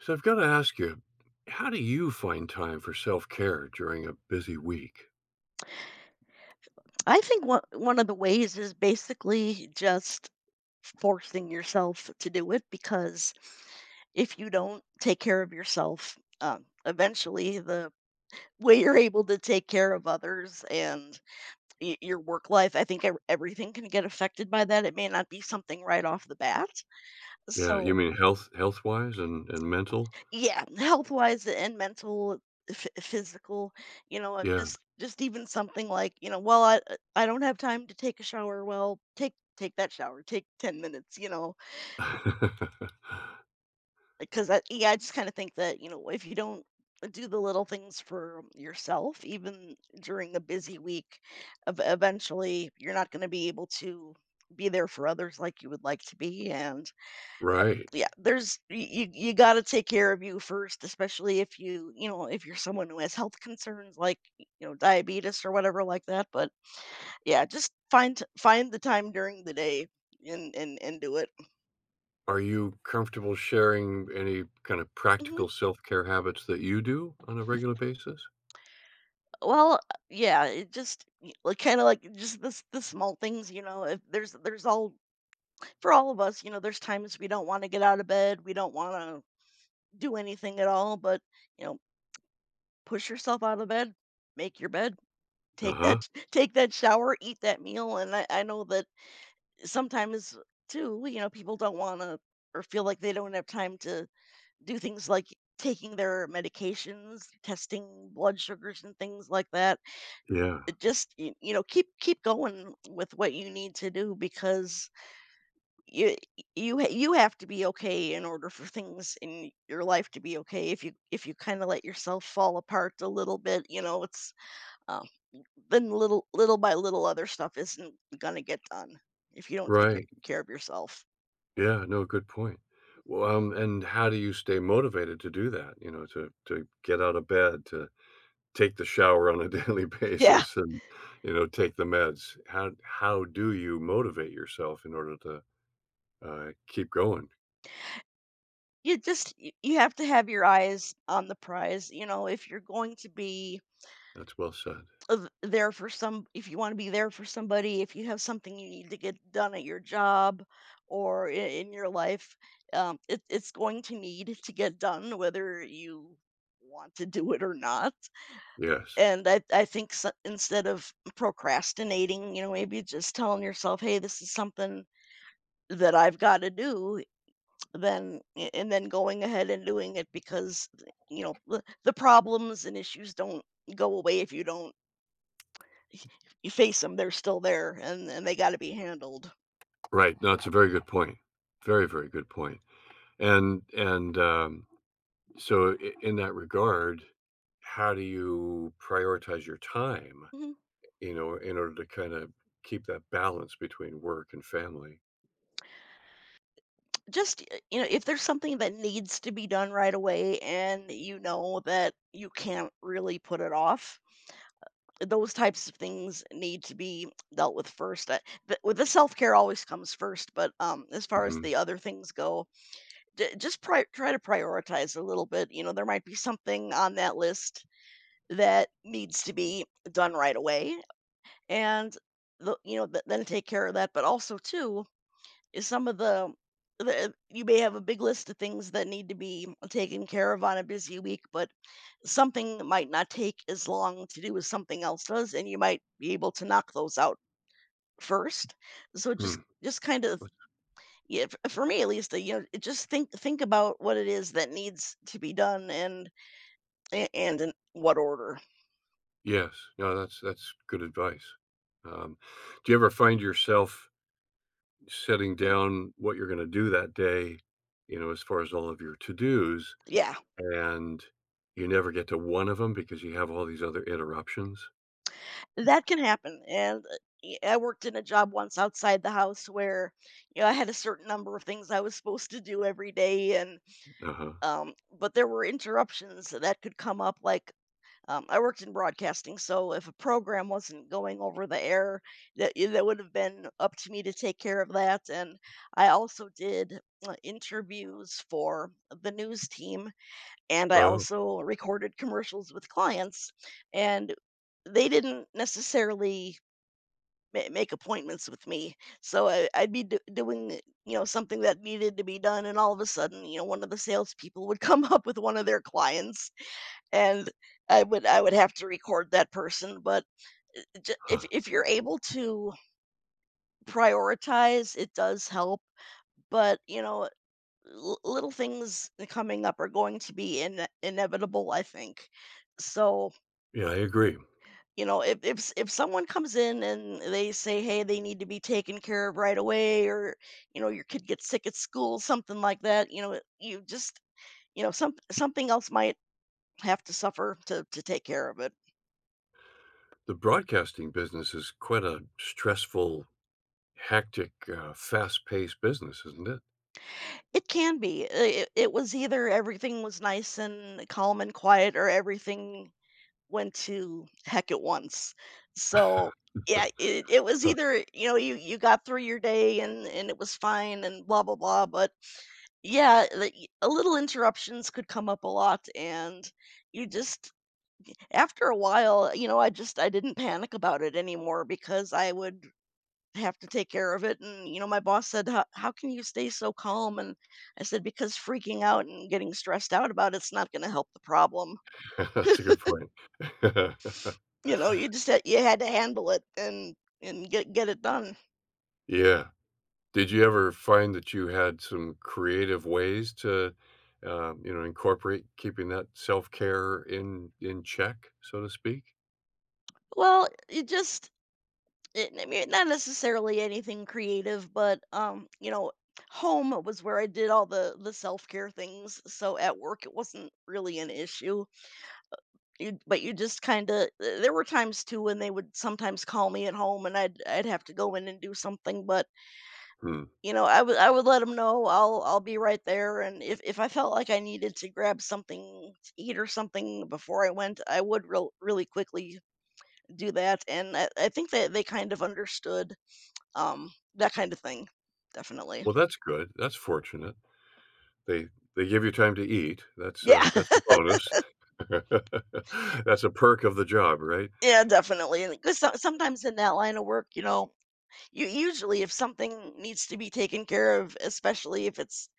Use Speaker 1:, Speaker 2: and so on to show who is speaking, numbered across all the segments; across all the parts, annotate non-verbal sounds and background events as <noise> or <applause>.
Speaker 1: So I've got to ask you, how do you find time for self-care during a busy week?
Speaker 2: I think one of the ways is basically just forcing yourself to do it because if you don't take care of yourself, eventually the way you're able to take care of others and your work life, I think everything can get affected by that. It may not be something right off the bat.
Speaker 1: Yeah, you
Speaker 2: So
Speaker 1: mean health-wise and mental?
Speaker 2: yeah, health-wise and mental, physical, you know, uh,
Speaker 1: Yeah.
Speaker 2: just just even something like, you know, "Well, I don't have time to take a shower." Well, take that shower, take 10 minutes, you know,
Speaker 1: <laughs>
Speaker 2: because I yeah, I just kinda think that, you know, if you don't do the little things for yourself, even during a busy week, ev eventually, you're not gonna be able to be there for others like you would like to be, and
Speaker 1: Right.
Speaker 2: yeah, there's you you gotta take care of you first, especially if you, you know, if you're someone who has health concerns like, you know, diabetes or whatever like that. But yeah, just find the time during the day and and do it.
Speaker 1: Are you comfortable sharing any kind of
Speaker 2: Hmm.
Speaker 1: practical self-care habits that you do on a regular basis?
Speaker 2: Well, yeah, it just y- like kind of like just the s- the small things, you know. If there's there's all for all of us, you know, there's times we don't want to get out of bed, we don't want to do anything at all, but you know, push yourself out of bed, make your bed, take
Speaker 1: Uh-huh.
Speaker 2: that <laughs> take that shower, eat that meal. And I know that sometimes too, you know, people don't wanna or feel like they don't have time to do things like taking their medications, testing blood sugars and things like that.
Speaker 1: Yeah.
Speaker 2: It just y you know, keep going with what you need to do because you you ha you have to be okay in order for things in your life to be okay. If you kinda let yourself fall apart a little bit, you know, um then little by little, other stuff isn't gonna get done if you don't take c
Speaker 1: Right.
Speaker 2: care of yourself.
Speaker 1: Yeah, no, good point. Well, and how do you stay motivated to do that, you know, to get out of bed, to take the shower on a <laughs> daily
Speaker 2: Yeah,
Speaker 1: basis and, you know, take the meds. How do you motivate yourself in order to, keep going?
Speaker 2: you you have to have your eyes on the prize. You know, if you're going to be
Speaker 1: That's well said.
Speaker 2: th there for some, if you wanna be there for somebody, if you have something you need to get done at your job or I in your life, it's going to need to get done whether you want to do it or not.
Speaker 1: Yes.
Speaker 2: And I think s instead of procrastinating, you know, maybe just telling yourself, "Hey, this is something that I've gotta do," then and then going ahead and doing it because, you know, the problems and issues don't go away if you don't you face them. 'Em, they're still there, and they gotta be handled.
Speaker 1: Right, no, it's a very good point. Very, very good point. And, so I in that regard, how do you prioritize your time,
Speaker 2: Mhm.
Speaker 1: you know, in order to kinda keep that balance between work and family?
Speaker 2: Just, y you know, if there's something that needs to be done right away and you know that you can't really put it off, those types of things need to be dealt with first. With the self care always comes first, but as far as
Speaker 1: Mhm.
Speaker 2: the other things go, try to prioritize a little bit. You know, there might be something on that list that needs to be done right away, and then take care of that. But also too is some of the you may have a big list of things that need to be taken care of on a busy week, but something that might not take as long to do as something else does, and you might be able to knock those out first. So
Speaker 1: Hmm.
Speaker 2: just kind of yeah, for me at least, you know, just think about what it is that needs to be done and and in what order.
Speaker 1: Yes. No, that's good advice. Um, do you ever find yourself setting
Speaker 2: Mm,
Speaker 1: down what you're gonna do that day, you know, as far as all of your to-dos,
Speaker 2: yeah,
Speaker 1: and you never get to one of them because you have all these other interruptions?
Speaker 2: that can happen. And I worked in a job once outside the house where, you know, I had a certain number of things I was supposed to do every day, and
Speaker 1: Uh-huh.
Speaker 2: but there were interruptions that could come up, like, I worked in broadcasting, so if a program wasn't going over the air, that yeah, that would have been up to me to take care of that. And I also did interviews for the news team, and I
Speaker 1: Oh,
Speaker 2: also recorded commercials with clients. And they didn't necessarily make appointments with me, so I, I'd be doing, you know, something that needed to be done, and all of a sudden, you know, one of the salespeople would come <laughs> up with one of their clients, and I would have to record that person. But
Speaker 1: huh.
Speaker 2: if you're able to prioritize, it does help. But you know, little things that coming up are going to be inevitable, I think. So
Speaker 1: Yeah, I agree.
Speaker 2: you know, if someone comes in and they say, hey, they need to be taken care of right away, or you know, your kid gets sick at school, something like that. You know, you just you know, something else might have to suffer to take care of it.
Speaker 1: The broadcasting business is quite a stressful, hectic, fast-paced business, isn't it?
Speaker 2: It can be. It it was either everything was nice and calm and quiet or everything went to heck at once. So, yeah, it was
Speaker 1: <laughs>
Speaker 2: either, you know, you got through your day and it was fine and blah, blah, blah, but yeah, the y a little interruptions could come up a lot, and you just after a while, you know, I didn't panic about it anymore because I have to take care of it. And, you know, my boss said, how can you stay so calm? And I said, because freaking out and getting stressed out about it's not going to help the problem.
Speaker 1: <laughs> That's a good point. <laughs>
Speaker 2: You know, you just had, you had to handle it and get it done.
Speaker 1: Yeah. Did you ever find that you had some creative ways to, you know, incorporate keeping that self-care in check, so to speak?
Speaker 2: Well, it just, it, I mean, not necessarily anything creative, but, you know, home was where I did all the self-care things. So at work, it wasn't really an issue. You but you just kinda there were times too when they would sometimes call me at home and I'd have to go in and do something, but,
Speaker 1: Hmm.
Speaker 2: you know, I would let them know I'll be right there, and if I felt like I needed to grab something to eat or something before I went, I would really quickly do that, and I think that they kind of understood, that kind of thing. Definitely.
Speaker 1: Well, that's good. That's fortunate. They they give you time to eat.
Speaker 2: Yeah.
Speaker 1: That's a
Speaker 2: <laughs>
Speaker 1: bonus. <laughs> That's a perk of the job, right?
Speaker 2: Yeah, definitely. Because sometimes in that line of work, you know, you usually if something needs to be taken care of, especially if it's,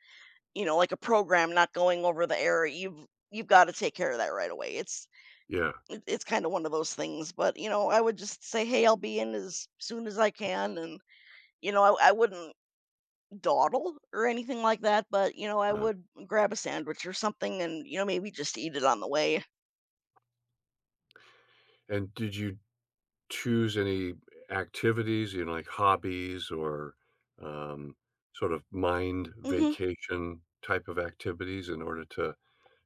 Speaker 2: you know, like a program not going over the error, you've gotta take care of that right away. It's
Speaker 1: Yeah,
Speaker 2: it it's kinda one of those things, but, you know, I would just say, "Hey, I'll be in as soon as I can," and, you know, I wouldn't dawdle or anything like that, but, you know, I
Speaker 1: uh,
Speaker 2: would grab a sandwich or something and, you know, maybe just eat it on the way.
Speaker 1: and did you choose any activities, you know, like hobbies or, um, sort of mind
Speaker 2: Mhm.
Speaker 1: vacation type of activities in order to,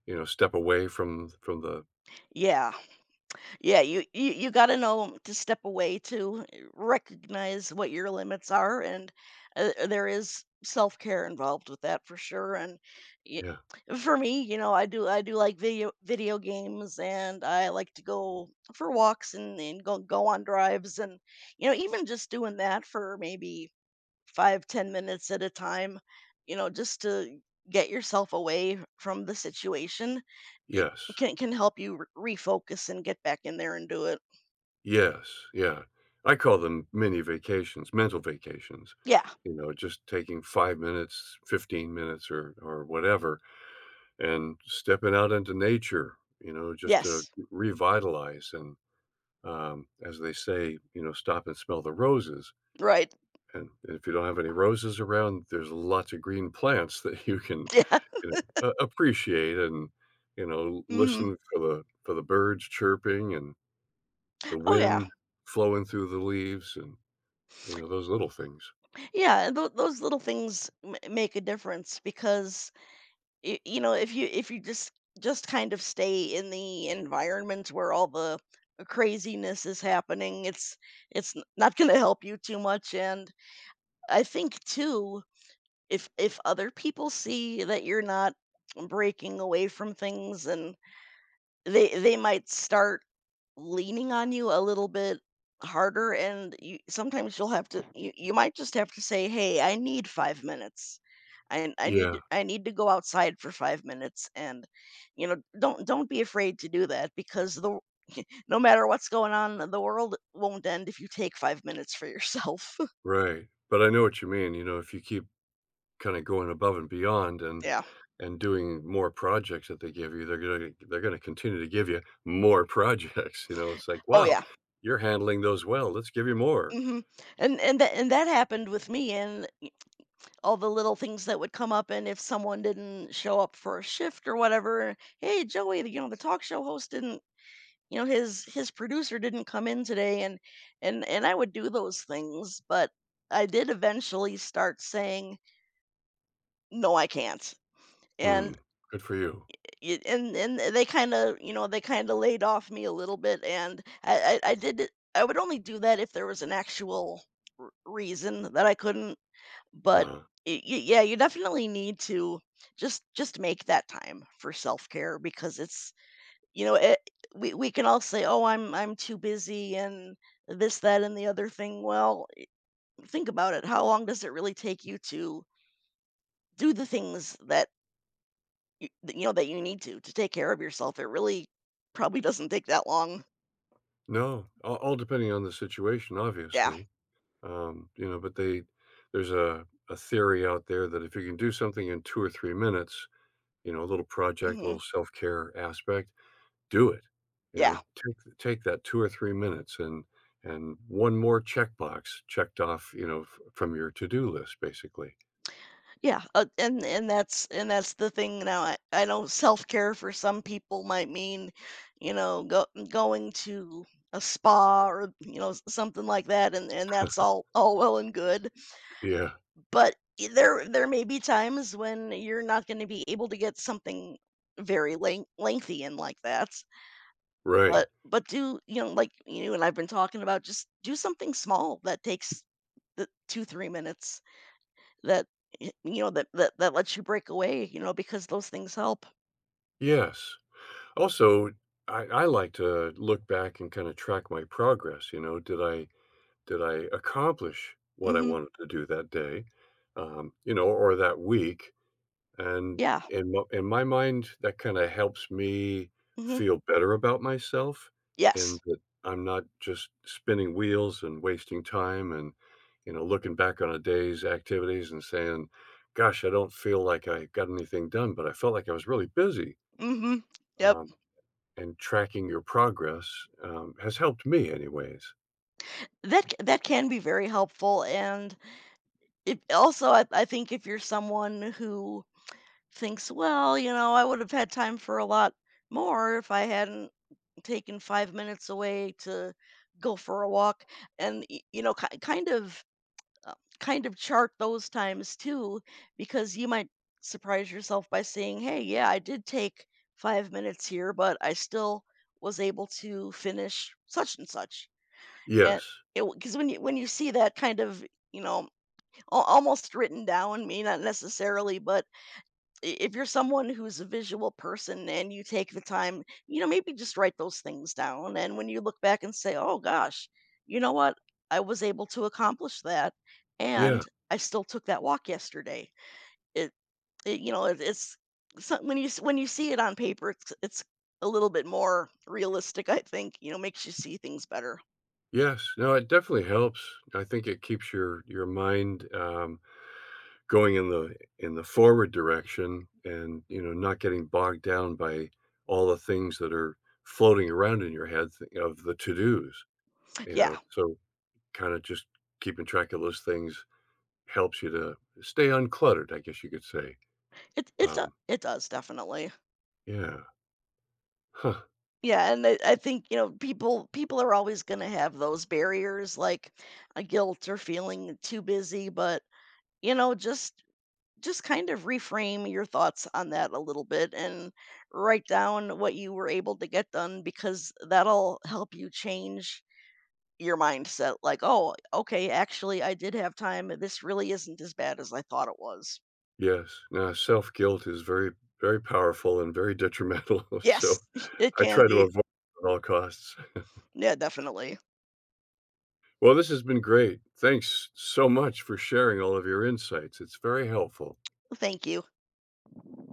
Speaker 1: you know, step away from the
Speaker 2: Yeah. Yeah, you got to know to step away to recognize what your limits are, and there is self care involved with that for sure. And y-
Speaker 1: Yeah.
Speaker 2: for me, you know, I do like video games, and I like to go for walks and go on drives, and you know, even just doing that for maybe 5 to 10 minutes at a time, you know, just to get yourself away from the situation. It
Speaker 1: Yes.
Speaker 2: can help you re refocus and get back in there and do it.
Speaker 1: Yes, yeah. I call them mini vacations, mental vacations,
Speaker 2: Yeah.
Speaker 1: you know, just taking 5 minutes, 15 minutes or whatever, and stepping out into nature, you know, just to
Speaker 2: Yes.
Speaker 1: revitalize and as they say, you know, stop and smell the roses.
Speaker 2: Right. <laughs>
Speaker 1: And if you don't have any roses around, there's lots of green plants <laughs> that you can,
Speaker 2: Yeah.
Speaker 1: you know, appreciate and, you know,
Speaker 2: Mhm.
Speaker 1: listen for the birds chirping and the
Speaker 2: Oh, yeah.
Speaker 1: wind flowing through the leaves and, you know, those little things.
Speaker 2: Yeah, those little things m make a difference because, if you just kind of stay in the environment where all the craziness is happening, it's n not gonna help you too much. And I think too, if other people see that you're not breaking away from things, and they might start leaning on you a little bit harder. And you, sometimes you'll have to, you might just have to say, hey, I need 5 minutes. I, I need
Speaker 1: Yeah,
Speaker 2: i need to go outside for 5 minutes. And don't be afraid to do that, because the <laughs> no matter what's going on, the world won't end if you take 5 minutes for yourself.
Speaker 1: right. But I know what you mean. You know, if you keep kinda going above and beyond and
Speaker 2: <laughs> Yeah.
Speaker 1: doing more projects that they give you, they're gonna continue to give you more projects, <laughs> you know, it's like,
Speaker 2: Oh,
Speaker 1: "Wow,
Speaker 2: yeah.
Speaker 1: you're handling those well, let's give you more."
Speaker 2: Hmm. And that happened with me, and all the little things that would come up. And if someone didn't show up for a shift or whatever, hey, Joey, the talk show host didn't, his producer didn't come in today. And I would do those things, but I did eventually start saying, no, I can't.
Speaker 1: "Hmm,
Speaker 2: and
Speaker 1: good for you."
Speaker 2: it, and and they kind of, they kind of laid off me a little bit. And I did it. I would only do that if there was an actual reason that I couldn't. But
Speaker 1: uh
Speaker 2: y y yeah, you definitely need to just make that time for self-care, because it's it we can all say, "Oh, I'm too busy and this, that, and the other thing." Well, think about it. How long does it really take you to do the things that that you need to take care of yourself? It really probably doesn't take that long.
Speaker 1: No, all depending on the situation,
Speaker 2: Yeah.
Speaker 1: obviously, you know, but they there's a theory out there that if you can do something in 2 or 3 minutes, you know, a little project,
Speaker 2: Mhm.
Speaker 1: little self-care aspect do it, you
Speaker 2: Yeah.
Speaker 1: know, take take that 2 or 3 minutes and 1 more checkbox checked off, you know, f from your to-do list, basically.
Speaker 2: Yeah, and that's the thing now. I know self-care for some people might mean, going to a spa, or something like that, and that's all well and good,
Speaker 1: Yeah,
Speaker 2: but there may be times when you're not going to be able to get something very lengthy in like that.
Speaker 1: right.
Speaker 2: But you know, like you and I've been talking about, just do something small that takes the 2 3 minutes that that lets you break away, because those things help.
Speaker 1: Yes. Also, I like to look back and kinda track my progress, you know, did I accomplish what I
Speaker 2: Mhm.
Speaker 1: wanted to do that day, you know, or that week? And
Speaker 2: Yeah.
Speaker 1: in my mind, that kinda helps me
Speaker 2: Mhm.
Speaker 1: feel better about myself and
Speaker 2: Yes.
Speaker 1: that I'm not just spinning wheels and wasting time and, you know, looking back on a day's activities and saying, "Gosh, I don't feel like I got anything done, but I felt like I was really busy."
Speaker 2: Mhm. Yep.
Speaker 1: Um, and tracking your progress, has helped me anyways.
Speaker 2: That can be very helpful. And it also, I think if you're someone who thinks, "Well, I would have had time for a lot more if I hadn't taken 5 minutes away to go for a walk," and, y you know, ki uh, kind of chart those times too, because you might surprise yourself by saying, hey, yeah, I did take 5 minutes here, but I still was able to finish such and such. And
Speaker 1: Yes.
Speaker 2: it because when you see that kind of, you know almost written down — me not necessarily — but if you're someone who's a visual person and you take the time, maybe just write those things down. And when you look back and say, oh gosh, you know what? I was able to accomplish that.
Speaker 1: Yeah.
Speaker 2: And I still took that walk yesterday. It, it, it's when you see it on paper, it's a little bit more realistic, I think, makes you see things better.
Speaker 1: Yes. No, it definitely helps. I think it keeps your mind, going in the forward direction, and you know, not getting bogged down by all the things that are floating around in your head, of the to-dos, you
Speaker 2: Yeah,
Speaker 1: know, so kind of just keeping track of those things helps you to stay uncluttered, I guess you could say. um,
Speaker 2: it does definitely.
Speaker 1: yeah huh.
Speaker 2: Yeah, and I think, you know, people are always gonna have those barriers, like, a guilt or feeling too busy, but, you know, just just kind of reframe your thoughts on that a little bit and write down what you were able to get done, because that'll help you change your mindset, like, "Oh, okay, actually, I did have time, this really isn't as bad as I thought it was."
Speaker 1: Yes, now self-guilt is very, very powerful and very detrimental. <laughs> So
Speaker 2: Yes, <laughs> it
Speaker 1: I
Speaker 2: can
Speaker 1: try to
Speaker 2: be.
Speaker 1: avoid it at all costs.
Speaker 2: Yeah, definitely.
Speaker 1: Well, this has been great. Thanks so much for sharing all of your insights. It's very helpful.
Speaker 2: Thank you.